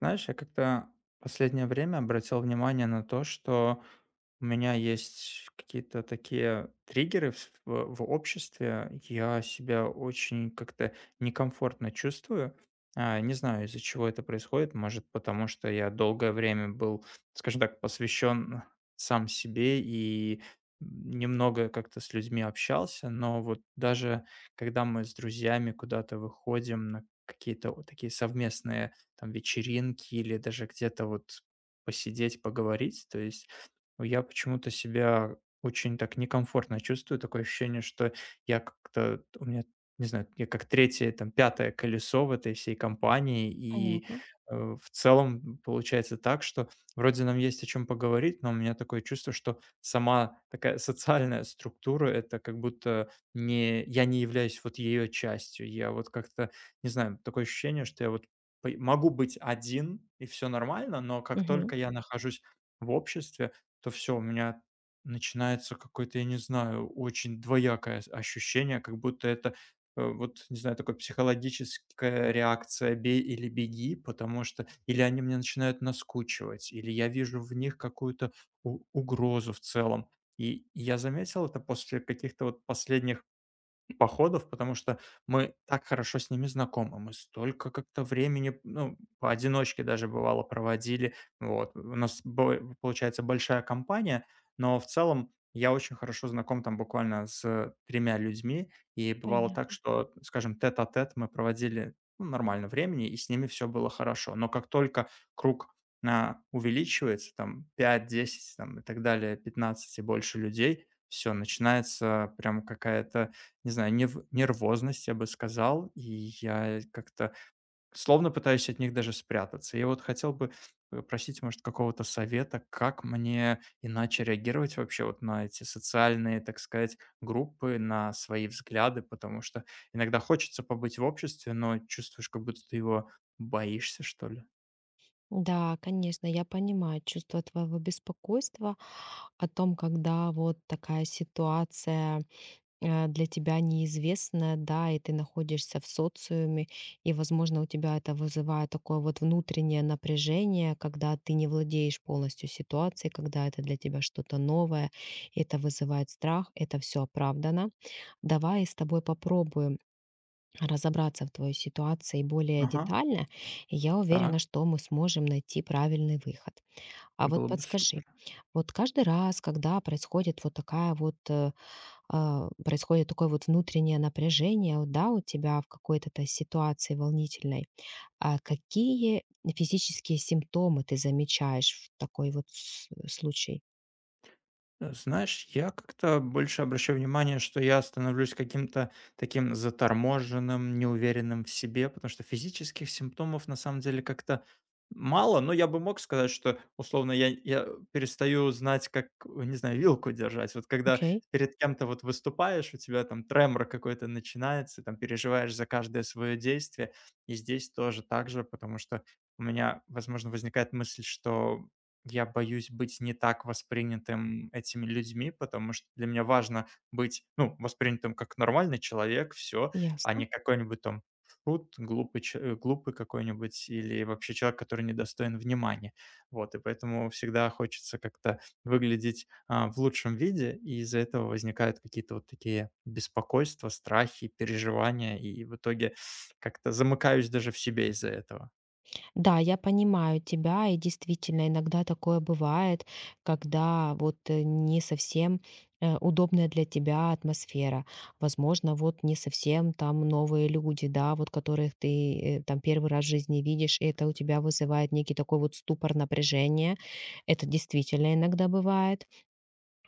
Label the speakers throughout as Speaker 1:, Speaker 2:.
Speaker 1: Знаешь, я как-то последнее время обратил внимание на то, что у меня есть какие-то такие триггеры в обществе. Я себя очень как-то некомфортно чувствую. А, не знаю, из-за чего это происходит. Может, потому что я долгое время был, скажем так, посвящен сам себе и немного как-то с людьми общался, но вот даже когда мы с друзьями куда-то выходим на какие-то вот такие совместные там вечеринки или даже где-то вот посидеть, поговорить. То есть я почему-то себя очень так некомфортно чувствую, такое ощущение, что я как-то, у меня, не знаю, я как третье, там, пятое колесо в этой всей компании, и
Speaker 2: Понятно.
Speaker 1: в целом получается так, что вроде нам есть о чем поговорить, но у меня такое чувство, что сама такая социальная структура, это как будто не, я не являюсь вот ее частью, я вот как-то, не знаю, такое ощущение, что я вот пой могу быть один, и все нормально, но как
Speaker 2: Мгм.
Speaker 1: только я нахожусь в обществе, то все у меня начинается какое-то, я не знаю, очень двоякое с ощущение, как будто это, вот, не знаю, такая психологическая реакция «бей или беги», потому что или они мне начинают наскучивать, или я вижу в них какую-то у угрозу в целом. И я заметил это после каких-то вот последних походов, потому что мы так хорошо с ними знакомы, мы столько как-то времени, ну, поодиночке даже бывало проводили, вот. У нас получается большая компания, но в целом я очень хорошо знаком там буквально с 3 людьми, и бывало так,
Speaker 2: Понятно.
Speaker 1: что, скажем, тет-а-тет мы проводили, ну, нормально времени, и с ними все было хорошо. Но как только круг увеличивается, там 5, 10, там, и так далее, 15 и больше людей, все, начинается прям какая-то, не знаю, нев нервозность, я бы сказал, и я как-то словно пытаюсь от них даже спрятаться. Я вот хотел бы попросить, может, какого-то совета, как мне иначе реагировать вообще вот на эти социальные, так сказать, группы, на свои взгляды, потому что иногда хочется побыть в обществе, но чувствуешь, как будто ты его боишься, что ли.
Speaker 2: Да, конечно, я понимаю чувство твоего беспокойства о том, когда вот такая ситуация для тебя неизвестная, да, и ты находишься в социуме, и, возможно, у тебя это вызывает такое вот внутреннее напряжение, когда ты не владеешь полностью ситуацией, когда это для тебя что-то новое, это вызывает страх, это все оправдано. Давай с тобой попробуем разобраться в твоей ситуации более
Speaker 1: Ага,
Speaker 2: детально, и я
Speaker 1: так,
Speaker 2: уверена, что мы сможем найти правильный выход. А вот
Speaker 1: было бы
Speaker 2: подскажи,
Speaker 1: супер.
Speaker 2: вот каждый раз, когда происходит вот такая вот, э, а, происходит такое вот внутреннее напряжение, вот, да, у тебя в какой-то ситуации волнительной, а какие физические симптомы ты замечаешь в такой вот случае?
Speaker 1: Знаешь, я как-то больше обращаю внимание, что я становлюсь каким-то таким заторможенным, неуверенным в себе, потому что физических симптомов на самом деле как-то мало, но я бы мог сказать, что условно я перестаю знать, как, не знаю, вилку держать. Вот когда
Speaker 2: Окей,
Speaker 1: перед кем-то вот выступаешь, у тебя там тремор какой-то начинается, там переживаешь за каждое свое действие. И здесь тоже так же, потому что у меня, возможно, возникает мысль, что я боюсь быть не так воспринятым этими людьми, потому что для меня важно быть, ну, воспринятым как нормальный человек, все, а не
Speaker 2: ясно.
Speaker 1: какой-нибудь там шут, глупый какой-нибудь или вообще человек, который недостоин внимания. Вот, и поэтому всегда хочется как-то выглядеть, в лучшем виде, и из-за этого возникают какие-то вот такие беспокойства, страхи, переживания, и в итоге как-то замыкаюсь даже в себе из-за этого.
Speaker 2: Да, я понимаю тебя, и действительно иногда такое бывает, когда вот не совсем удобная для тебя атмосфера. Возможно, вот не совсем там новые люди, да, вот которых ты там первый раз в жизни видишь, и это у тебя вызывает некий такой вот ступор напряжения. Это действительно иногда бывает.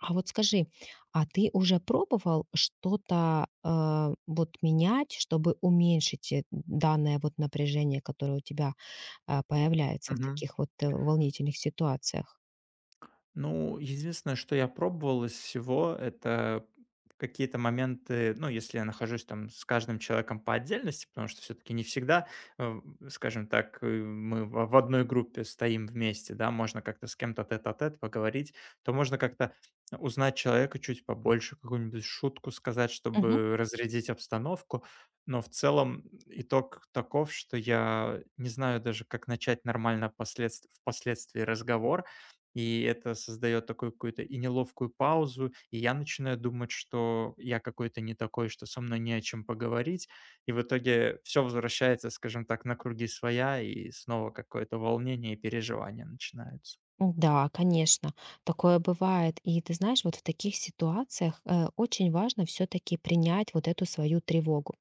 Speaker 2: А вот скажи, а ты уже пробовал что-то вот менять, чтобы уменьшить данное вот напряжение, которое у тебя появляется в таких вот, волнительных ситуациях.
Speaker 1: Ну, единственное, что я пробовал из всего, это какие-то моменты, ну, если я нахожусь там с каждым человеком по отдельности, потому что все-таки не всегда, э, скажем так, мы в одной группе стоим вместе, да, можно как-то с кем-то тет-а-тет поговорить, то можно как-то узнать человека чуть побольше, какую-нибудь шутку сказать,
Speaker 2: Мгм.
Speaker 1: чтобы разрядить обстановку. Но в целом итог таков, что я не знаю даже, как начать нормально впоследствии разговор, и это создает такую какую-то и неловкую паузу, и я начинаю думать, что я какой-то не такой, что со мной не о чем поговорить. И в итоге все возвращается, скажем так, на круги своя, и снова какое-то волнение и переживания начинаются.
Speaker 2: Да, конечно, такое бывает. И ты знаешь, вот в таких ситуациях, очень важно все таки принять вот эту свою тревогу.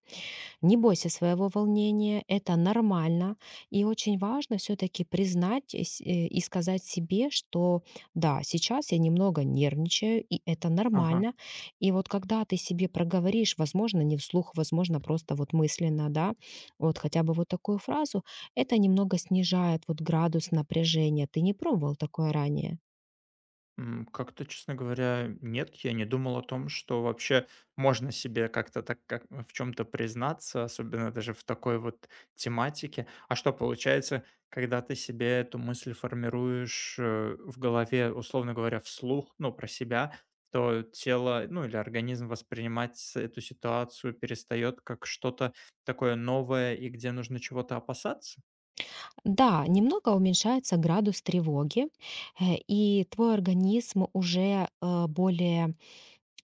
Speaker 2: Не бойся своего волнения, это нормально. И очень важно все-таки признать и сказать себе, что да, сейчас я немного нервничаю, и это
Speaker 1: Ага.
Speaker 2: нормально. И вот когда ты себе проговоришь, возможно, не вслух, возможно, просто вот мысленно, да, вот хотя бы вот такую фразу, это немного снижает вот градус напряжения. Ты не пробовал такое ранее?
Speaker 1: Как-то, честно говоря, нет, я не думал о том, что вообще можно себе как-то так как в чем то признаться, особенно даже в такой вот тематике. А что получается, когда ты себе эту мысль формируешь, в голове, условно говоря, вслух, ну, про себя, то тело, ну, или организм воспринимать с эту ситуацию перестает как что-то такое новое и где нужно чего-то опасаться?
Speaker 2: Да, немного уменьшается градус тревоги, и твой организм уже более,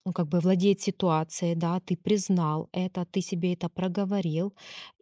Speaker 2: ну, как бы владеет ситуацией, да, ты признал это, ты себе это проговорил.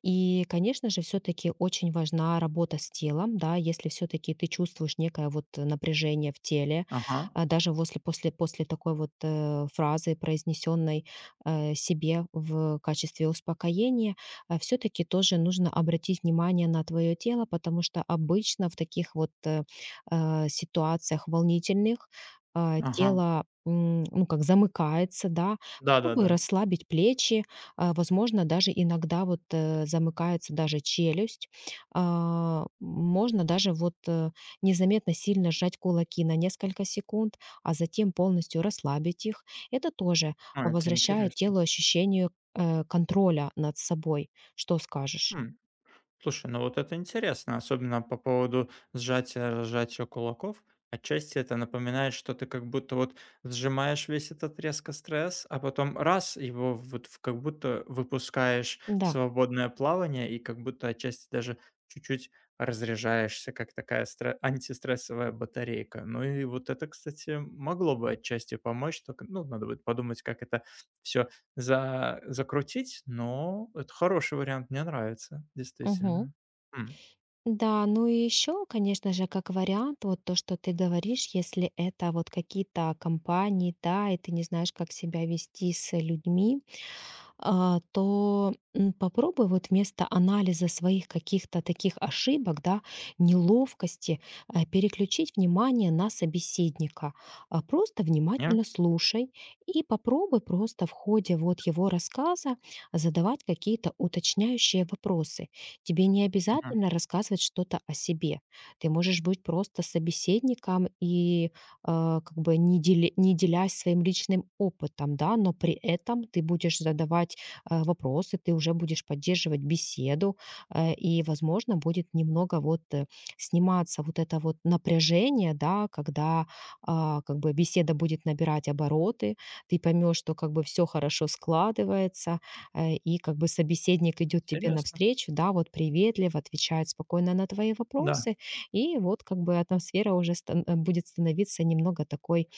Speaker 2: И, конечно же, все-таки очень важна работа с телом, да, если все-таки ты чувствуешь некое вот напряжение в теле,
Speaker 1: Ага,
Speaker 2: даже после такой вот фразы, произнесенной себе в качестве успокоения, все-таки тоже нужно обратить внимание на твое тело, потому что обычно в таких вот ситуациях волнительных
Speaker 1: ага.
Speaker 2: тело, ну, как замыкается, да. Попробуй
Speaker 1: Да-да-да.
Speaker 2: расслабить плечи, возможно, даже иногда вот замыкается даже челюсть. Можно даже вот незаметно сильно сжать кулаки на несколько секунд, а затем полностью расслабить их. Это тоже
Speaker 1: Ну это
Speaker 2: возвращает
Speaker 1: интересно.
Speaker 2: телу ощущение контроля над собой. Что скажешь?
Speaker 1: Слушай, ну вот это интересно, особенно по поводу сжатия, разжатия кулаков. Отчасти это напоминает, что ты как будто вот сжимаешь весь этот резко стресс, а потом раз его вот как будто выпускаешь в
Speaker 2: Да.
Speaker 1: свободное плавание и как будто отчасти даже чуть-чуть разряжаешься, как такая антистрессовая батарейка. Ну и вот это, кстати, могло бы отчасти помочь, только, ну, надо будет подумать, как это все за закрутить, но это хороший вариант, мне нравится,
Speaker 2: Мгм.
Speaker 1: действительно. М,
Speaker 2: Да, ну и еще, конечно же, как вариант, вот то, что ты говоришь, если это вот какие-то компании, да, и ты не знаешь, как себя вести с людьми, то попробуй вот вместо анализа своих каких-то таких ошибок, да, неловкости, переключить внимание на собеседника. Просто
Speaker 1: не?
Speaker 2: внимательно слушай и попробуй просто в ходе вот его рассказа задавать какие-то уточняющие вопросы. Тебе не
Speaker 1: Мгм.
Speaker 2: обязательно рассказывать что-то о себе. Ты можешь быть просто собеседником и, как бы не делясь своим личным опытом, да, но при этом ты будешь задавать вопросы, ты уже будешь поддерживать беседу, и, возможно, будет немного вот сниматься вот это вот напряжение, да, когда как бы беседа будет набирать обороты, ты поймешь, что как бы все хорошо складывается, и как бы собеседник идет тебе
Speaker 1: Интересно.
Speaker 2: навстречу, да, вот приветливо отвечает спокойно на твои
Speaker 1: Да.
Speaker 2: вопросы, и вот как бы атмосфера уже будет становиться немного такой,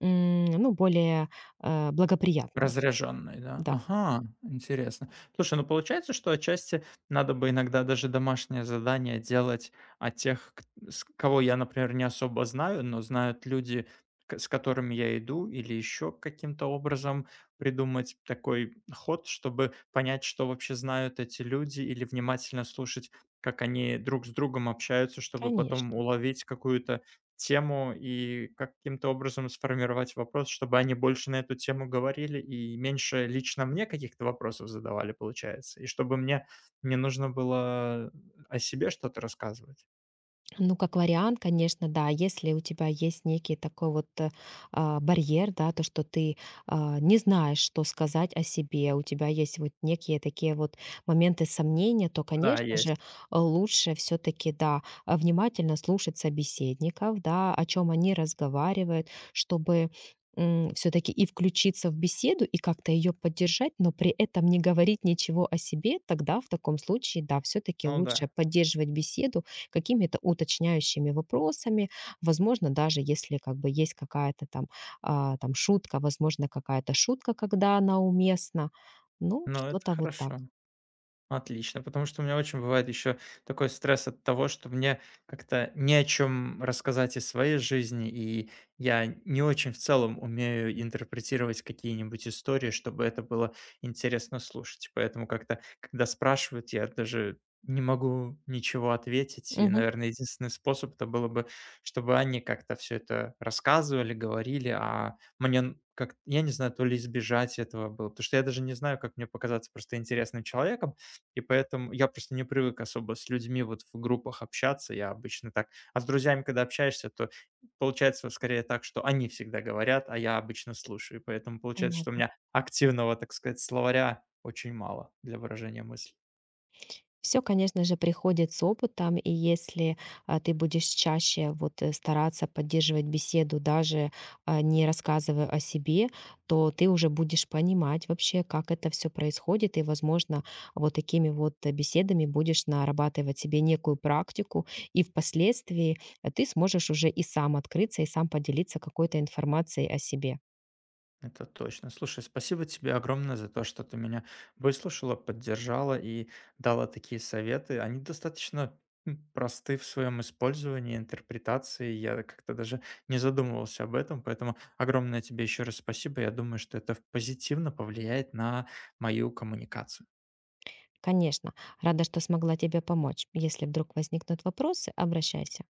Speaker 2: ну, более, благоприятной.
Speaker 1: Разряженный, да?
Speaker 2: Да,
Speaker 1: Ага, интересно. Слушай, ну получается, что отчасти надо бы иногда даже домашнее задание делать от тех, с кого я, например, не особо знаю, но знают люди, с которыми я иду, или еще каким-то образом придумать такой ход, чтобы понять, что вообще знают эти люди, или внимательно слушать, как они друг с другом общаются, чтобы потом
Speaker 2: конечно.
Speaker 1: уловить какую-то тему и каким-то образом сформировать вопрос, чтобы они больше на эту тему говорили и меньше лично мне каких-то вопросов задавали, получается, и чтобы мне не нужно было о себе что-то рассказывать.
Speaker 2: Ну, как вариант, конечно, да, если у тебя есть некий такой вот барьер, да, то, что ты не знаешь, что сказать о себе, у тебя есть вот некие такие вот моменты сомнения, то,
Speaker 1: Да,
Speaker 2: конечно же,
Speaker 1: есть.
Speaker 2: лучше все-таки, да, внимательно слушать собеседников, да, о чем они разговаривают, чтобы все-таки и включиться в беседу и как-то ее поддержать, но при этом не говорить ничего о себе, тогда в таком случае, да, все-таки
Speaker 1: Ну
Speaker 2: лучше
Speaker 1: да.
Speaker 2: поддерживать беседу какими-то уточняющими вопросами. Возможно, даже если как бы есть какая-то там, там шутка, возможно, какая-то шутка, когда она уместна. Ну,
Speaker 1: Ну, это
Speaker 2: что-то вот так.
Speaker 1: хорошо. Отлично, потому что у меня очень бывает еще такой стресс от того, что мне как-то не о чем рассказать из своей жизни, и я не очень в целом умею интерпретировать какие-нибудь истории, чтобы это было интересно слушать. Поэтому как-то, когда спрашивают, я даже не могу ничего ответить. И,
Speaker 2: Мгм.
Speaker 1: наверное, единственный способ это было бы, чтобы они как-то все это рассказывали, говорили, а мне как я не знаю, то ли избежать этого было, потому что я даже не знаю, как мне показаться просто интересным человеком, и поэтому я просто не привык особо с людьми вот в группах общаться, я обычно так. А с друзьями, когда общаешься, то получается скорее так, что они всегда говорят, а я обычно слушаю. И поэтому получается, что у
Speaker 2: Понятно.
Speaker 1: меня активного, так сказать, словаря очень мало для выражения мысли.
Speaker 2: Все, конечно же, приходит с опытом, и если, ты будешь чаще вот, стараться поддерживать беседу, даже, не рассказывая о себе, то ты уже будешь понимать вообще, как это все происходит, и, возможно, вот такими вот, беседами будешь нарабатывать себе некую практику, и впоследствии, ты сможешь уже и сам открыться, и сам поделиться какой-то информацией о себе.
Speaker 1: Это точно. Слушай, спасибо тебе огромное за то, что ты меня выслушала, поддержала и дала такие советы. Они достаточно просты в своем использовании, интерпретации. Я как-то даже не задумывался об этом, поэтому огромное тебе еще раз спасибо. Я думаю, что это позитивно повлияет на мою коммуникацию.
Speaker 2: Конечно, рада, что смогла тебе помочь. Если вдруг возникнут вопросы, обращайся.